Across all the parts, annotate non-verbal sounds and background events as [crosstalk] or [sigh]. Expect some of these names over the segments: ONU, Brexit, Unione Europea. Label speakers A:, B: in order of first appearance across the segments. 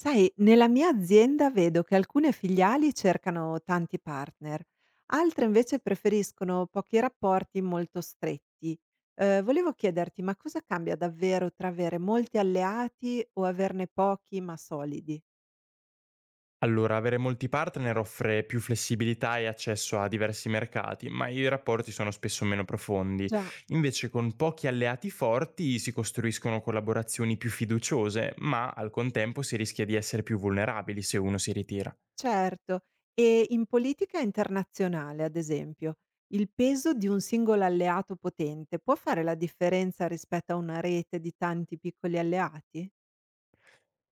A: Sai, nella mia azienda vedo che alcune filiali cercano tanti partner, altre invece preferiscono pochi rapporti molto stretti. Volevo chiederti, ma cosa cambia davvero tra avere molti alleati o averne pochi ma solidi?
B: Allora, avere molti partner offre più flessibilità e accesso a diversi mercati, ma i rapporti sono spesso meno profondi.
A: Già,
B: Invece con pochi alleati forti si costruiscono collaborazioni più fiduciose, ma al contempo si rischia di essere più vulnerabili se uno si ritira.
A: certo. E in politica internazionale, ad esempio, il peso di un singolo alleato potente può fare la differenza rispetto a una rete di tanti piccoli alleati?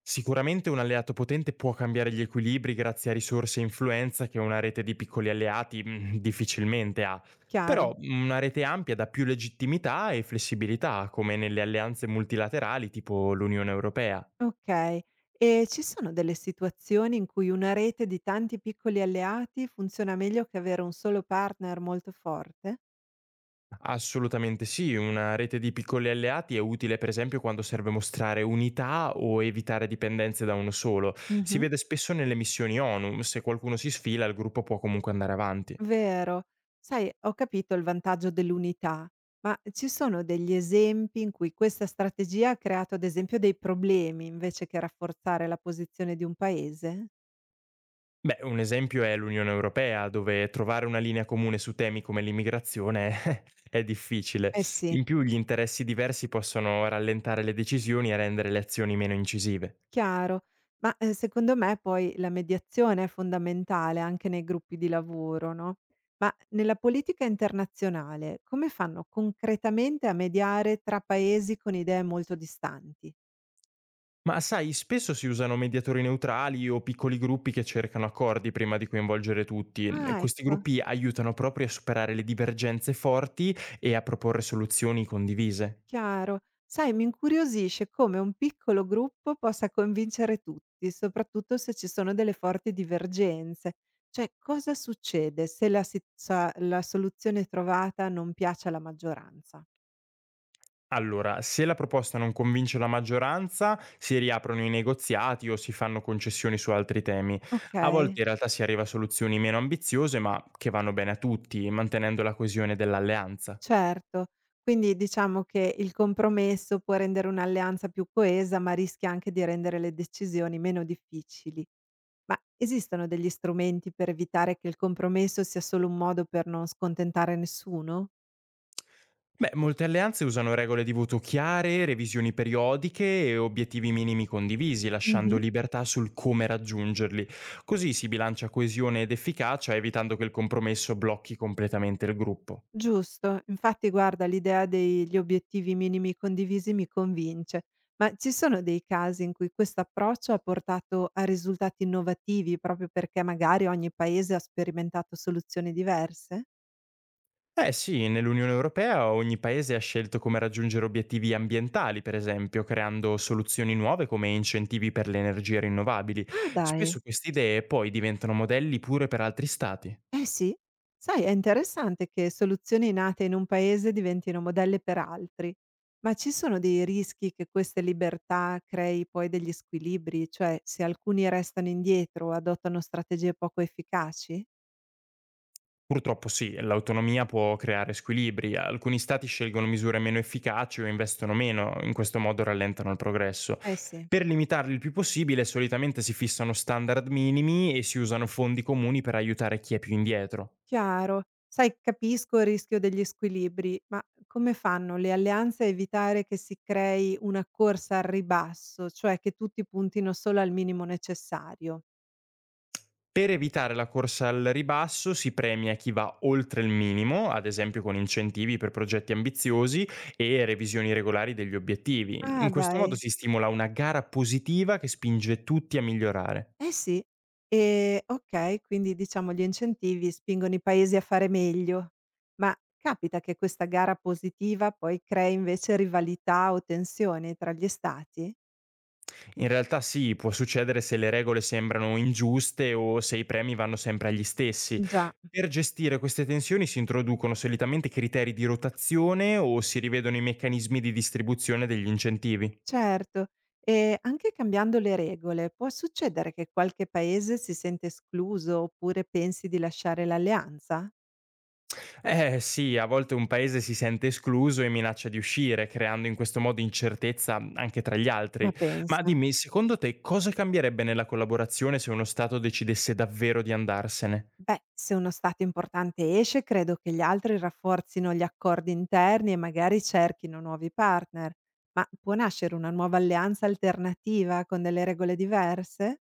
B: Sicuramente un alleato potente può cambiare gli equilibri grazie a risorse e influenza che una rete di piccoli alleati difficilmente ha.
A: Chiaro?
B: Però una rete ampia dà più legittimità e flessibilità, come nelle alleanze multilaterali tipo l'Unione Europea.
A: Okay. E ci sono delle situazioni in cui una rete di tanti piccoli alleati funziona meglio che avere un solo partner molto forte?
B: Assolutamente sì, una rete di piccoli alleati è utile per esempio quando serve mostrare unità o evitare dipendenze da uno solo. Si
A: Mh-mh.
B: vede spesso nelle missioni ONU, se qualcuno si sfila il gruppo può comunque andare avanti.
A: Vero. Sai, ho capito il vantaggio dell'unità, ma ci sono degli esempi in cui questa strategia ha creato ad esempio dei problemi invece che rafforzare la posizione di un paese?
B: Beh, un esempio è l'Unione Europea, dove trovare una linea comune su temi come l'immigrazione [laughs] è difficile.
A: Eh sì.
B: In più gli interessi diversi possono rallentare le decisioni e rendere le azioni meno incisive.
A: Chiaro. Ma, secondo me poi la mediazione è fondamentale anche nei gruppi di lavoro, no, ma nella politica internazionale come fanno concretamente a mediare tra paesi con idee molto distanti?
B: Ma sai, spesso si usano mediatori neutrali o piccoli gruppi che cercano accordi prima di coinvolgere tutti.
A: Ah,
B: Questi
A: ecco,
B: gruppi aiutano proprio a superare le divergenze forti e a proporre soluzioni condivise.
A: chiaro. Sai, mi incuriosisce come un piccolo gruppo possa convincere tutti, soprattutto se ci sono delle forti divergenze. Cioè, cosa succede se la si sa la soluzione trovata non piace alla maggioranza?
B: Allora, se la proposta non convince la maggioranza, si riaprono i negoziati o si fanno concessioni su altri temi. A volte
A: Okay.
B: in realtà si arriva a soluzioni meno ambiziose, ma che vanno bene a tutti, mantenendo la coesione dell'alleanza.
A: Certo, quindi diciamo che il compromesso può rendere un'alleanza più coesa, ma rischia anche di rendere le decisioni meno difficili. Ma esistono degli strumenti per evitare che il compromesso sia solo un modo per non scontentare nessuno?
B: Beh, molte alleanze usano regole di voto chiare, revisioni periodiche e obiettivi minimi condivisi,
A: Mhm.
B: lasciando libertà sul come raggiungerli. Così si bilancia coesione ed efficacia, evitando che il compromesso blocchi completamente il gruppo.
A: Giusto, infatti guarda, l'idea degli obiettivi minimi condivisi mi convince, ma ci sono dei casi in cui questo approccio ha portato a risultati innovativi proprio perché magari ogni paese ha sperimentato soluzioni diverse?
B: Eh sì, nell'Unione Europea ogni paese ha scelto come raggiungere obiettivi ambientali, per esempio, creando soluzioni nuove come incentivi per le energie rinnovabili.
A: Ah,
B: Spesso
A: dai.
B: queste idee poi diventano modelli pure per altri stati.
A: Eh sì, sai, è interessante che soluzioni nate in un paese diventino modelle per altri, ma ci sono dei rischi che queste libertà crei poi degli squilibri, cioè se alcuni restano indietro o adottano strategie poco efficaci?
B: Purtroppo sì, l'autonomia può creare squilibri. Alcuni stati scelgono misure meno efficaci o investono meno, in questo modo rallentano il progresso.
A: Eh sì,
B: Per limitarli il più possibile, solitamente si fissano standard minimi e si usano fondi comuni per aiutare chi è più indietro.
A: chiaro. Sai, capisco il rischio degli squilibri, ma come fanno le alleanze a evitare che si crei una corsa al ribasso, cioè che tutti puntino solo al minimo necessario?
B: Per evitare la corsa al ribasso si premia chi va oltre il minimo, ad esempio con incentivi per progetti ambiziosi e revisioni regolari degli obiettivi. In
A: Ah,
B: questo modo
A: dai.
B: si stimola una gara positiva che spinge tutti a migliorare.
A: Eh sì. Okay, quindi diciamo gli incentivi spingono i paesi a fare meglio. Ma capita che questa gara positiva poi crei invece rivalità o tensioni tra gli stati?
B: In realtà sì, può succedere se le regole sembrano ingiuste o se i premi vanno sempre agli stessi.
A: Già,
B: Per gestire queste tensioni si introducono solitamente criteri di rotazione o si rivedono i meccanismi di distribuzione degli incentivi.
A: certo. E anche cambiando le regole, può succedere che qualche paese si sente escluso oppure pensi di lasciare l'alleanza?
B: Eh sì, a volte un paese si sente escluso e minaccia di uscire, creando in questo modo incertezza anche tra gli
A: Ma
B: altri. Ma
A: pensa.
B: dimmi, secondo te cosa cambierebbe nella collaborazione se uno Stato decidesse davvero di andarsene?
A: Beh, se uno Stato importante esce, credo che gli altri rafforzino gli accordi interni e magari cerchino nuovi partner. Ma può nascere una nuova alleanza alternativa con delle regole diverse?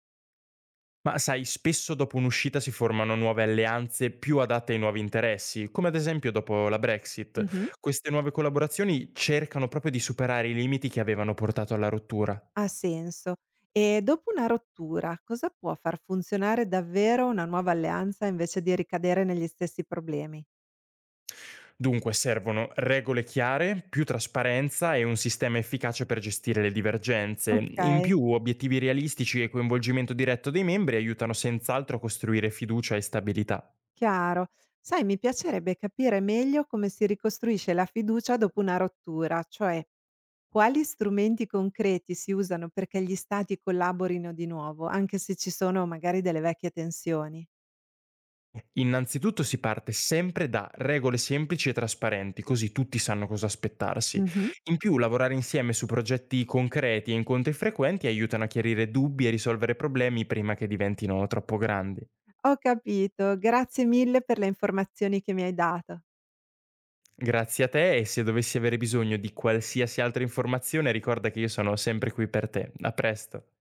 B: Ma sai, spesso dopo un'uscita si formano nuove alleanze più adatte ai nuovi interessi, come ad esempio dopo la Brexit.
A: Mhm.
B: Queste nuove collaborazioni cercano proprio di superare i limiti che avevano portato alla rottura.
A: Ha senso. E dopo una rottura, cosa può far funzionare davvero una nuova alleanza invece di ricadere negli stessi problemi?
B: Dunque servono regole chiare, più trasparenza e un sistema efficace per gestire le divergenze.
A: Ok,
B: In più, obiettivi realistici e coinvolgimento diretto dei membri aiutano senz'altro a costruire fiducia e stabilità.
A: chiaro. Sai, mi piacerebbe capire meglio come si ricostruisce la fiducia dopo una rottura, cioè quali strumenti concreti si usano perché gli stati collaborino di nuovo, anche se ci sono magari delle vecchie tensioni?
B: Innanzitutto si parte sempre da regole semplici e trasparenti, così tutti sanno cosa aspettarsi.
A: Mh-mh.
B: In più, lavorare insieme su progetti concreti e incontri frequenti aiutano a chiarire dubbi e risolvere problemi prima che diventino troppo grandi.
A: Ho capito, grazie mille per le informazioni che mi hai dato.
B: Grazie a te e se dovessi avere bisogno di qualsiasi altra informazione ricorda che io sono sempre qui per te. A presto.